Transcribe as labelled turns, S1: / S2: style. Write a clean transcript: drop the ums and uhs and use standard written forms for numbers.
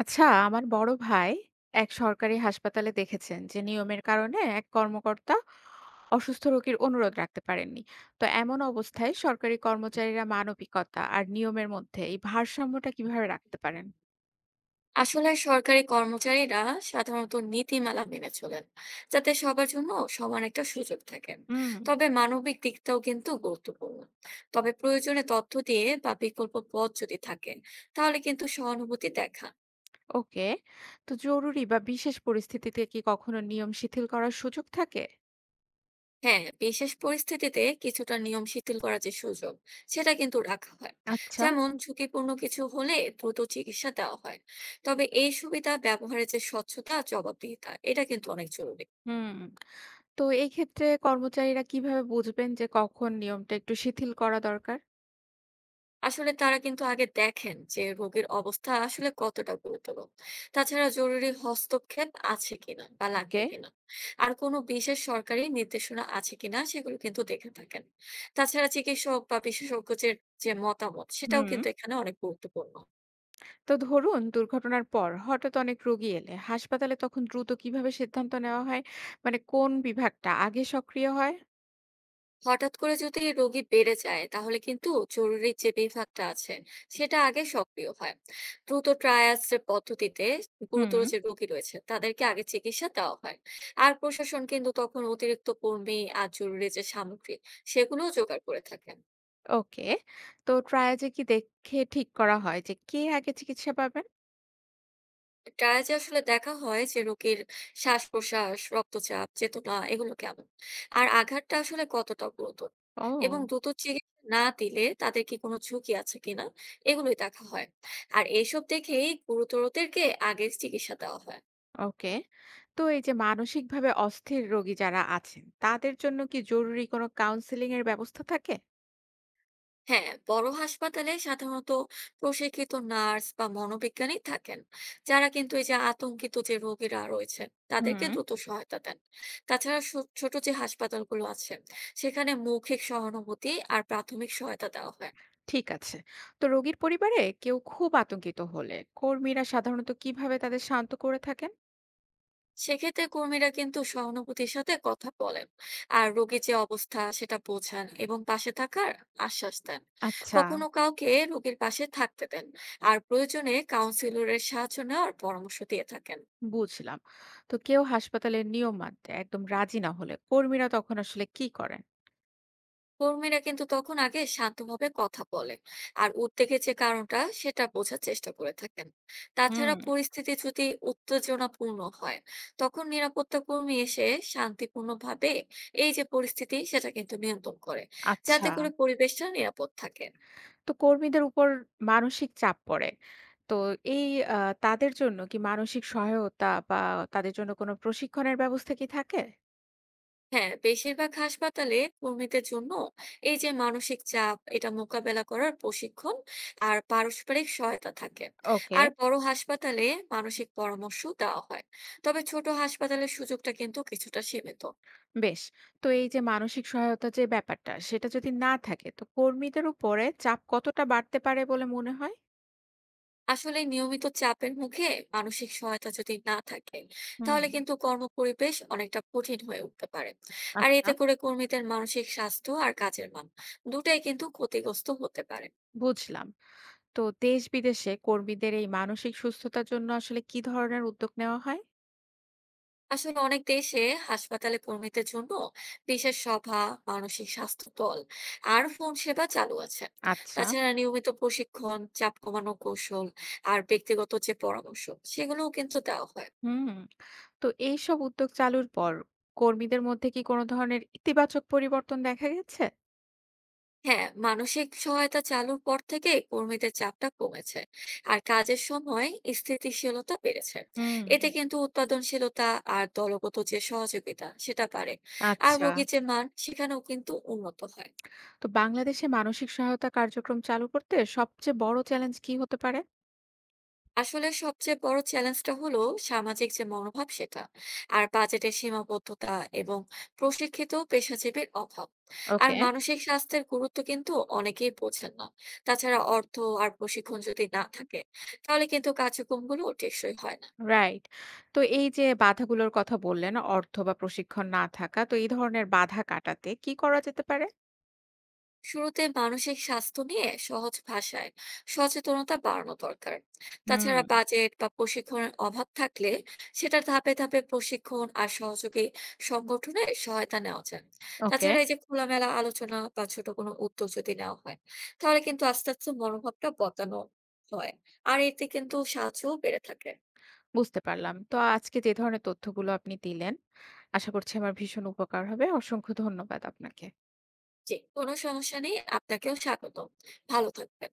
S1: আচ্ছা আমার বড় ভাই এক সরকারি হাসপাতালে দেখেছেন যে নিয়মের কারণে এক কর্মকর্তা অসুস্থ রোগীর অনুরোধ রাখতে পারেননি। তো এমন অবস্থায় সরকারি কর্মচারীরা মানবিকতা আর নিয়মের মধ্যে এই ভারসাম্যটা কিভাবে রাখতে পারেন?
S2: আসলে সরকারি কর্মচারীরা সাধারণত নীতিমালা মেনে চলেন যাতে সবার জন্য সমান একটা সুযোগ থাকেন।
S1: হুম।
S2: তবে মানবিক দিকটাও কিন্তু গুরুত্বপূর্ণ। তবে প্রয়োজনে তথ্য দিয়ে বা বিকল্প পথ যদি থাকে তাহলে কিন্তু সহানুভূতি দেখা।
S1: ওকে। তো জরুরি বা বিশেষ পরিস্থিতিতে কি কখনো নিয়ম শিথিল করার সুযোগ থাকে?
S2: হ্যাঁ, বিশেষ পরিস্থিতিতে কিছুটা নিয়ম শিথিল করার যে সুযোগ সেটা কিন্তু রাখা হয়।
S1: আচ্ছা।
S2: যেমন ঝুঁকিপূর্ণ কিছু হলে দ্রুত চিকিৎসা দেওয়া হয়। তবে এই সুবিধা ব্যবহারের যে স্বচ্ছতা, জবাবদিহিতা, এটা কিন্তু অনেক জরুরি।
S1: হুম। তো এই ক্ষেত্রে কর্মচারীরা কিভাবে বুঝবেন যে কখন নিয়মটা একটু শিথিল করা দরকার?
S2: আসলে তারা কিন্তু আগে দেখেন যে রোগীর অবস্থা আসলে কতটা গুরুতর। তাছাড়া জরুরি হস্তক্ষেপ আছে কিনা বা
S1: ওকে।
S2: লাগবে কিনা, আর কোনো বিশেষ সরকারি নির্দেশনা আছে কিনা সেগুলো কিন্তু দেখে থাকেন। তাছাড়া চিকিৎসক বা বিশেষজ্ঞদের যে মতামত সেটাও
S1: হুম।
S2: কিন্তু এখানে অনেক গুরুত্বপূর্ণ।
S1: তো ধরুন দুর্ঘটনার পর হঠাৎ অনেক রোগী এলে হাসপাতালে তখন দ্রুত কিভাবে সিদ্ধান্ত নেওয়া হয়? মানে কোন বিভাগটা আগে সক্রিয় হয়?
S2: হঠাৎ করে যদি রোগী বেড়ে যায় তাহলে কিন্তু জরুরি যে বিভাগটা আছে সেটা আগে সক্রিয় হয়। দ্রুত ট্রায়াজ পদ্ধতিতে গুরুতর
S1: হুম।
S2: যে রোগী রয়েছে তাদেরকে আগে চিকিৎসা দেওয়া হয়। আর প্রশাসন কিন্তু তখন অতিরিক্ত কর্মী আর জরুরি যে সামগ্রী সেগুলো জোগাড় করে থাকেন।
S1: ওকে। তো ট্রায়াজে কি দেখে ঠিক করা হয় যে কে আগে চিকিৎসা পাবেন?
S2: ট্রায়ালে আসলে দেখা হয় যে রোগীর শ্বাস-প্রশ্বাস, রক্তচাপ, চেতনা এগুলো কেমন, আর আঘাতটা আসলে কতটা গুরুতর, এবং
S1: ও।
S2: দ্রুত চিকিৎসা না দিলে তাদের কি কোনো ঝুঁকি আছে কিনা, এগুলোই দেখা হয়। আর এসব দেখেই গুরুতরদেরকে আগে চিকিৎসা দেওয়া হয়।
S1: ওকে। তো এই যে মানসিকভাবে অস্থির রোগী যারা আছেন তাদের জন্য কি জরুরি কোনো কাউন্সিলিং এর ব্যবস্থা থাকে?
S2: হ্যাঁ, বড় হাসপাতালে সাধারণত প্রশিক্ষিত নার্স বা মনোবিজ্ঞানী থাকেন, যারা কিন্তু এই যে আতঙ্কিত যে রোগীরা রয়েছেন
S1: হুম।
S2: তাদেরকে দ্রুত সহায়তা দেন। তাছাড়া ছোট যে হাসপাতালগুলো আছে সেখানে মৌখিক সহানুভূতি আর প্রাথমিক সহায়তা দেওয়া হয়।
S1: ঠিক আছে। তো রোগীর পরিবারে কেউ খুব আতঙ্কিত হলে কর্মীরা সাধারণত কিভাবে তাদের শান্ত করে থাকেন?
S2: সেক্ষেত্রে কর্মীরা কিন্তু সহানুভূতির সাথে কথা বলেন আর রোগীর যে অবস্থা সেটা বোঝান এবং পাশে থাকার আশ্বাস দেন।
S1: আচ্ছা।
S2: কখনো কাউকে রোগীর পাশে থাকতে দেন, আর প্রয়োজনে কাউন্সিলরের সাহায্য নেওয়ার পরামর্শ দিয়ে থাকেন।
S1: বুঝলাম। তো কেউ হাসপাতালের নিয়ম মানতে একদম রাজি না হলে কর্মীরা তখন আসলে কি করেন?
S2: কর্মীরা কিন্তু তখন আগে শান্তভাবে কথা বলে আর উদ্বেগের যে কারণটা সেটা বোঝার চেষ্টা করে থাকেন।
S1: হুম।
S2: তাছাড়া পরিস্থিতি যদি উত্তেজনাপূর্ণ হয় তখন নিরাপত্তা কর্মী এসে শান্তিপূর্ণভাবে এই যে পরিস্থিতি সেটা কিন্তু নিয়ন্ত্রণ করে,
S1: আচ্ছা।
S2: যাতে করে পরিবেশটা নিরাপদ থাকে।
S1: তো কর্মীদের উপর মানসিক চাপ পড়ে। তো এই তাদের জন্য কি মানসিক সহায়তা বা তাদের জন্য কোনো প্রশিক্ষণের ব্যবস্থা কি থাকে?
S2: হ্যাঁ, বেশিরভাগ হাসপাতালে কর্মীদের জন্য এই যে মানসিক চাপ এটা মোকাবেলা করার প্রশিক্ষণ আর পারস্পরিক সহায়তা থাকে।
S1: ওকে।
S2: আর বড় হাসপাতালে মানসিক পরামর্শ দেওয়া হয়। তবে ছোট হাসপাতালের সুযোগটা কিন্তু কিছুটা সীমিত।
S1: বেশ। তো এই যে মানসিক সহায়তা যে ব্যাপারটা সেটা যদি না থাকে তো কর্মীদের উপরে চাপ কতটা বাড়তে পারে বলে মনে হয়?
S2: আসলে নিয়মিত চাপের মুখে মানসিক সহায়তা যদি না থাকে
S1: হুম।
S2: তাহলে কিন্তু কর্মপরিবেশ অনেকটা কঠিন হয়ে উঠতে পারে। আর
S1: আচ্ছা।
S2: এতে করে কর্মীদের মানসিক স্বাস্থ্য আর কাজের মান দুটাই কিন্তু ক্ষতিগ্রস্ত হতে পারে।
S1: বুঝলাম। তো দেশ বিদেশে কর্মীদের এই মানসিক সুস্থতার জন্য আসলে কি ধরনের উদ্যোগ নেওয়া হয়?
S2: আসলে অনেক দেশে হাসপাতালে কর্মীদের জন্য বিশেষ সভা, মানসিক স্বাস্থ্য দল আর ফোন সেবা চালু আছে।
S1: আচ্ছা।
S2: তাছাড়া নিয়মিত প্রশিক্ষণ, চাপ কমানোর কৌশল আর ব্যক্তিগত যে পরামর্শ সেগুলোও কিন্তু দেওয়া হয়।
S1: হুম। তো এইসব উদ্যোগ চালুর পর কর্মীদের মধ্যে কি কোনো ধরনের ইতিবাচক পরিবর্তন দেখা গেছে?
S2: হ্যাঁ, মানসিক সহায়তা চালুর পর থেকে কর্মীদের চাপটা কমেছে, আর কাজের সময় স্থিতিশীলতা বেড়েছে।
S1: হুম।
S2: এতে কিন্তু উৎপাদনশীলতা আর দলগত যে সহযোগিতা সেটা বাড়ে। আর
S1: আচ্ছা।
S2: রোগীর যে মান সেখানেও কিন্তু উন্নত হয়।
S1: তো বাংলাদেশে মানসিক সহায়তা কার্যক্রম চালু করতে সবচেয়ে বড় চ্যালেঞ্জ কি হতে পারে?
S2: আসলে সবচেয়ে বড় চ্যালেঞ্জটা হলো সামাজিক যে মনোভাব সেটা, আর বাজেটের সীমাবদ্ধতা, এবং প্রশিক্ষিত পেশাজীবীর অভাব। আর
S1: ওকে।
S2: মানসিক স্বাস্থ্যের গুরুত্ব কিন্তু অনেকেই বোঝেন না। তাছাড়া অর্থ আর প্রশিক্ষণ যদি না থাকে তাহলে কিন্তু কার্যক্রমগুলো টেকসই হয় না।
S1: রাইট। তো এই যে বাধাগুলোর কথা বললেন অর্থ বা প্রশিক্ষণ না থাকা, তো এই ধরনের বাধা কাটাতে কি করা যেতে পারে?
S2: শুরুতে মানসিক স্বাস্থ্য নিয়ে সহজ ভাষায় সচেতনতা বাড়ানো দরকার।
S1: হুম।
S2: তাছাড়া বাজেট বা প্রশিক্ষণের অভাব থাকলে সেটা ধাপে ধাপে প্রশিক্ষণ আর সহযোগী সংগঠনে সহায়তা নেওয়া যায়।
S1: ওকে।
S2: তাছাড়া এই যে খোলামেলা আলোচনা বা ছোট কোনো উদ্যোগ যদি নেওয়া হয় তাহলে কিন্তু আস্তে আস্তে মনোভাবটা বদলানো হয়। আর এতে কিন্তু সাহায্যও বেড়ে থাকে।
S1: বুঝতে পারলাম। তো আজকে যে ধরনের তথ্যগুলো আপনি দিলেন, আশা করছি আমার ভীষণ উপকার হবে। অসংখ্য ধন্যবাদ আপনাকে।
S2: জি, কোনো সমস্যা নেই, আপনাকেও স্বাগত। ভালো থাকবেন।